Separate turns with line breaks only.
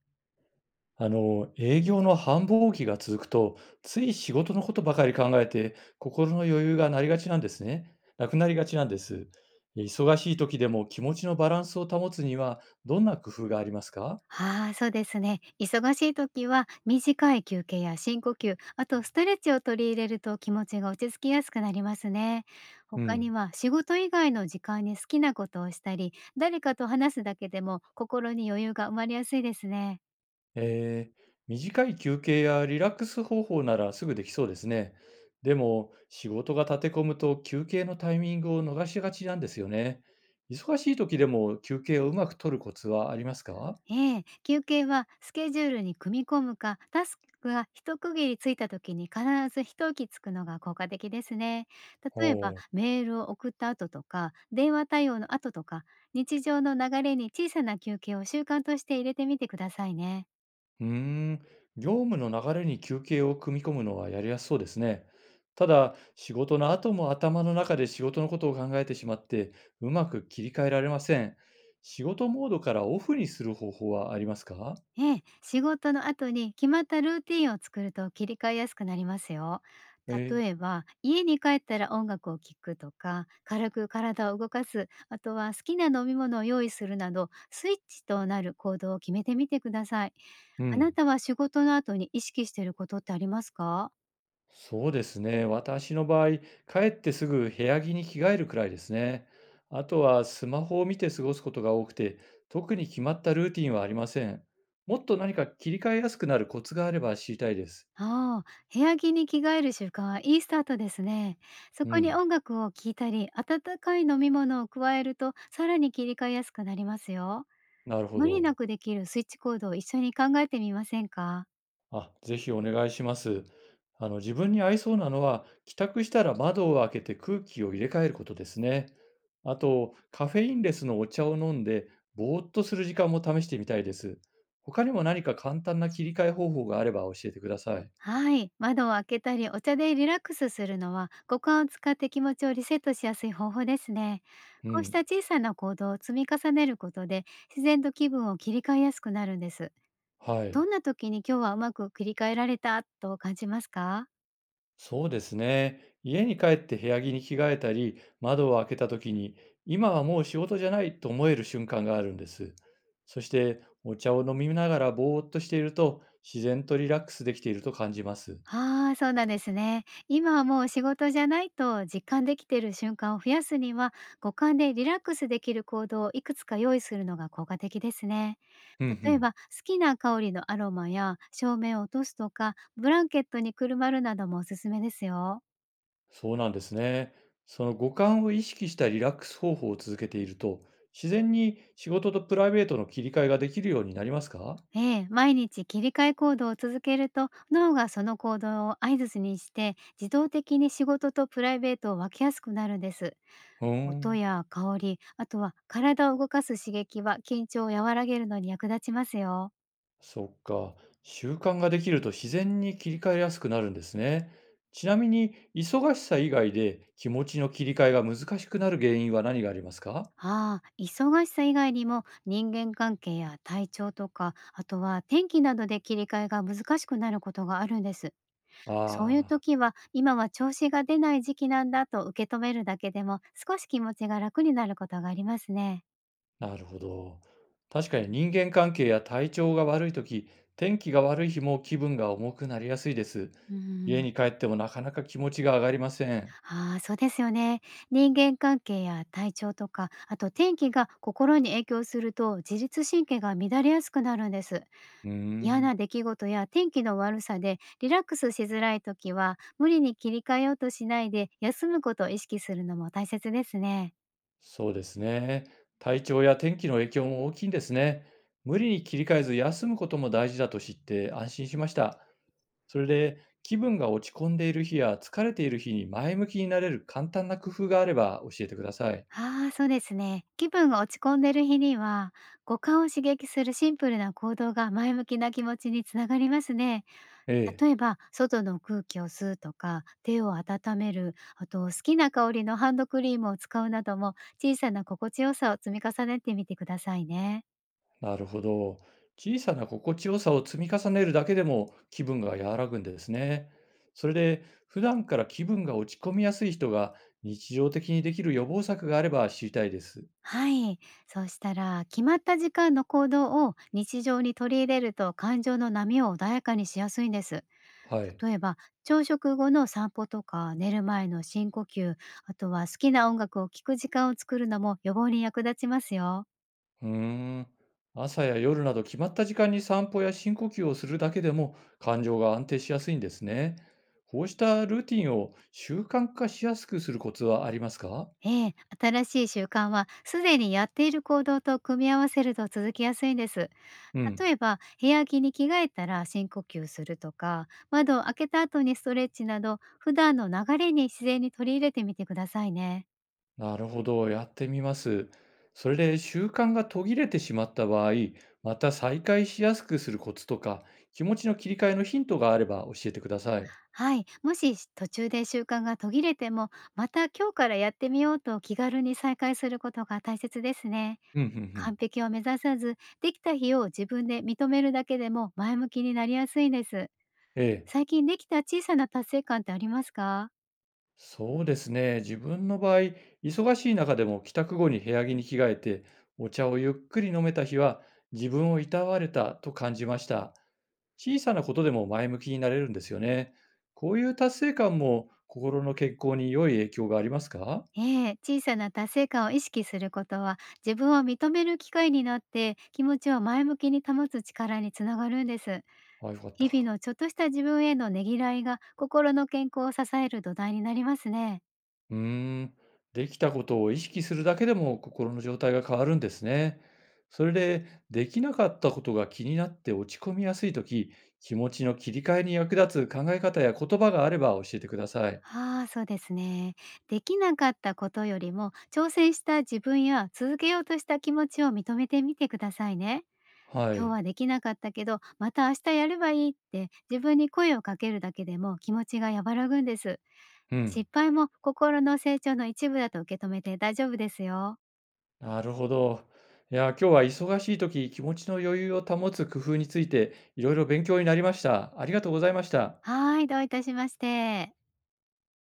営業の繁忙期が続くと、つい仕事のことばかり考えて、心の余裕がなりがちなんですね。なくなりがちなんです。忙しい時でも気持ちのバランスを保つには、どんな工夫がありますか？
ああ、そうですね。忙しい時は短い休憩や深呼吸、あとストレッチを取り入れると気持ちが落ち着きやすくなりますね。
う
他に
ん。
は仕事以外の時間に好きなことをしたり、誰かと話すだけでも心に余裕が生まれやすいですね。
短い休憩やリラックス方法ならすぐできそうですね。でも、仕事が立て込むと休憩のタイミングを逃しがちなんですよね。忙しい時でも休憩をうまく取るコツはありますか？
ええ、休憩はスケジュールに組み込むか、タスクが一区切りついた時に必ず一息つくのが効果的ですね。例えば、
お。
メールを送った後とか、電話対応の後とか、日常の流れに小さな休憩を習慣として入れてみてくださいね。
うーん、業務の流れに休憩を組み込むのはやりやすそうですね。ただ、仕事の後も頭の中で仕事のことを考えてしまって、うまく切り替えられません。仕事モードからオフにする方法はありますか？
ええ、仕事の後に決まったルーティンを作ると切り替えやすくなりますよ。
ええ、
例えば、家に帰ったら音楽を聴くとか、軽く体を動かす、あとは好きな飲み物を用意するなど、スイッチとなる行動を決めてみてください。
う
あな
ん。
たは仕事の後に意識していることってありますか？
そうですね。私の場合、帰ってすぐ部屋着に着替えるくらいですね。あとはスマホを見て過ごすことが多くて、特に決まったルーティンはありません。もっと何か切り替えやすくなるコツがあれば知りたいです。
ああ、部屋着に着替える習慣はいいスタートですね。そ
う
こに
ん。
音楽を聴いたり、温かい飲み物を加えると、さらに切り替えやすくなりますよ。
なるほ
無理な
ど。
くできるスイッチ行動を一緒に考えてみませんか？
あ、ぜひお願いします。自分に合いそうなのは、帰宅したら窓を開けて空気を入れ替えることですね。あと、カフェインレスのお茶を飲んで、ぼーっとする時間も試してみたいです。他にも何か簡単な切り替え方法があれば教えてください。
はい。窓を開けたりお茶でリラックスするのは五感を使って気持ちをリセットしやすい方法ですね。
う
こうした
ん。
小さな行動を積み重ねることで自然と気分を切り替えやすくなるんです。
はい。
どんな時に今日はうまく切り替えられたと感じますか？
そうですね。家に帰って部屋着に着替えたり、窓を開けた時に、今はもう仕事じゃないと思える瞬間があるんです。そして、お茶を飲みながらぼーっとしていると、自然とリラックスできていると感じます。
ああ、そうなんですね。今はもう仕事じゃないと実感できている瞬間を増やすには、五感でリラックスできる行動をいくつか用意するのが効果的ですね。
うんう
例え
ん。
ば、好きな香りのアロマや照明を落とすとか、ブランケットにくるまるなどもおすすめですよ。
そうなんですね。その五感を意識したリラックス方法を続けていると、自然に仕事とプライベートの切り替えができるようになりますか？
ええ、毎日切り替え行動を続けると脳がその行動を合図にして自動的に仕事とプライベートを分けやすくなるんです。
うー
音
ん。
や香り、あとは体を動かす刺激は緊張を和らげるのに役立ちますよ。
そっか。習慣ができると自然に切り替えやすくなるんですね。ちなみに、忙しさ以外で気持ちの切り替えが難しくなる原因は何がありますか？
ああ、忙しさ以外にも人間関係や体調とか、あとは天気などで切り替えが難しくなることがあるんです。そういう
あ、
時は、今は調子が出ない時期なんだと受け止めるだけでも少し気持ちが楽になることがありますね。
あなるほど。確かに人間関係や体調が悪いとき、天気が悪い日も気分が重くなりやすいです。
う
家
ん。
に帰ってもなかなか気持ちが上がりません。
ああ、そうですよね。人間関係や体調とか、あと天気が心に影響すると自律神経が乱れやすくなるんです。
うー
嫌
ん。
な出来事や天気の悪さでリラックスしづらい時は、無理に切り替えようとしないで休むことを意識するのも大切ですね。
そうですね。体調や天気の影響も大きいんですね。無理に切り替えず休むことも大事だと知って安心しました。それで気分が落ち込んでいる日や疲れている日に前向きになれる簡単な工夫があれば教えてください。
ああ、そうですね。気分が落ち込んでる日には、五感を刺激するシンプルな行動が前向きな気持ちにつながりますね。
ええ、
例えば、外の空気を吸うとか、手を温める、あと好きな香りのハンドクリームを使うなども、小さな心地よさを積み重ねてみてくださいね。
なるほど。小さな心地よさを積み重ねるだけでも気分が和らぐんですね。それで普段から気分が落ち込みやすい人が日常的にできる予防策があれば知りたいです。
はい。そうしたら、決まった時間の行動を日常に取り入れると感情の波を穏やかにしやすいんです。
はい。
例えば、朝食後の散歩とか、寝る前の深呼吸、あとは好きな音楽を聴く時間を作るのも予防に役立ちますよ。
うーん。朝や夜など決まった時間に散歩や深呼吸をするだけでも感情が安定しやすいんですね。こうしたルーティンを習慣化しやすくするコツはありますか？
ええ、新しい習慣はすでにやっている行動と組み合わせると続きやすいんです。
うん。
例えば、部屋着に着替えたら深呼吸するとか、窓を開けた後にストレッチなど、普段の流れに自然に取り入れてみてくださいね。
なるほど。やってみます。それで習慣が途切れてしまった場合、また再開しやすくするコツとか、気持ちの切り替えのヒントがあれば教えてください。
はい、もし途中で習慣が途切れても、また今日からやってみようと気軽に再開することが大切ですね。
うん、うん、うん。
完璧を目指さず、できた日を自分で認めるだけでも前向きになりやすいんです。
ええ。
最近できた小さな達成感ってありますか？
そうですね。自分の場合、忙しい中でも帰宅後に部屋着に着替えて、お茶をゆっくり飲めた日は、自分をいたわれたと感じました。小さなことでも前向きになれるんですよね。こういう達成感も心の健康に良い影響がありますか？
ええ、小さな達成感を意識することは、自分を認める機会になって、気持ちを前向きに保つ力につながるんです。
ああ、よかった。
日々のちょっとした自分へのねぎらいが、心の健康を支える土台になりますね。
うーん、できたことを意識するだけでも心の状態が変わるんですね。それで、できなかったことが気になって落ち込みやすいとき、気持ちの切り替えに役立つ考え方や言葉があれば教えてください。
ああ、そうですね。できなかったことよりも、挑戦した自分や続けようとした気持ちを認めてみてくださいね。
は
今日
い。
はできなかったけど、また明日やればいいって自分に声をかけるだけでも気持ちが和らぐんです。
うん。
失敗も心の成長の一部だと受け止めて大丈夫ですよ。
なるほど。いや、今日は忙しいとき、気持ちの余裕を保つ工夫について、いろいろ勉強になりました。ありがとうございました。
はい、どういたしまして。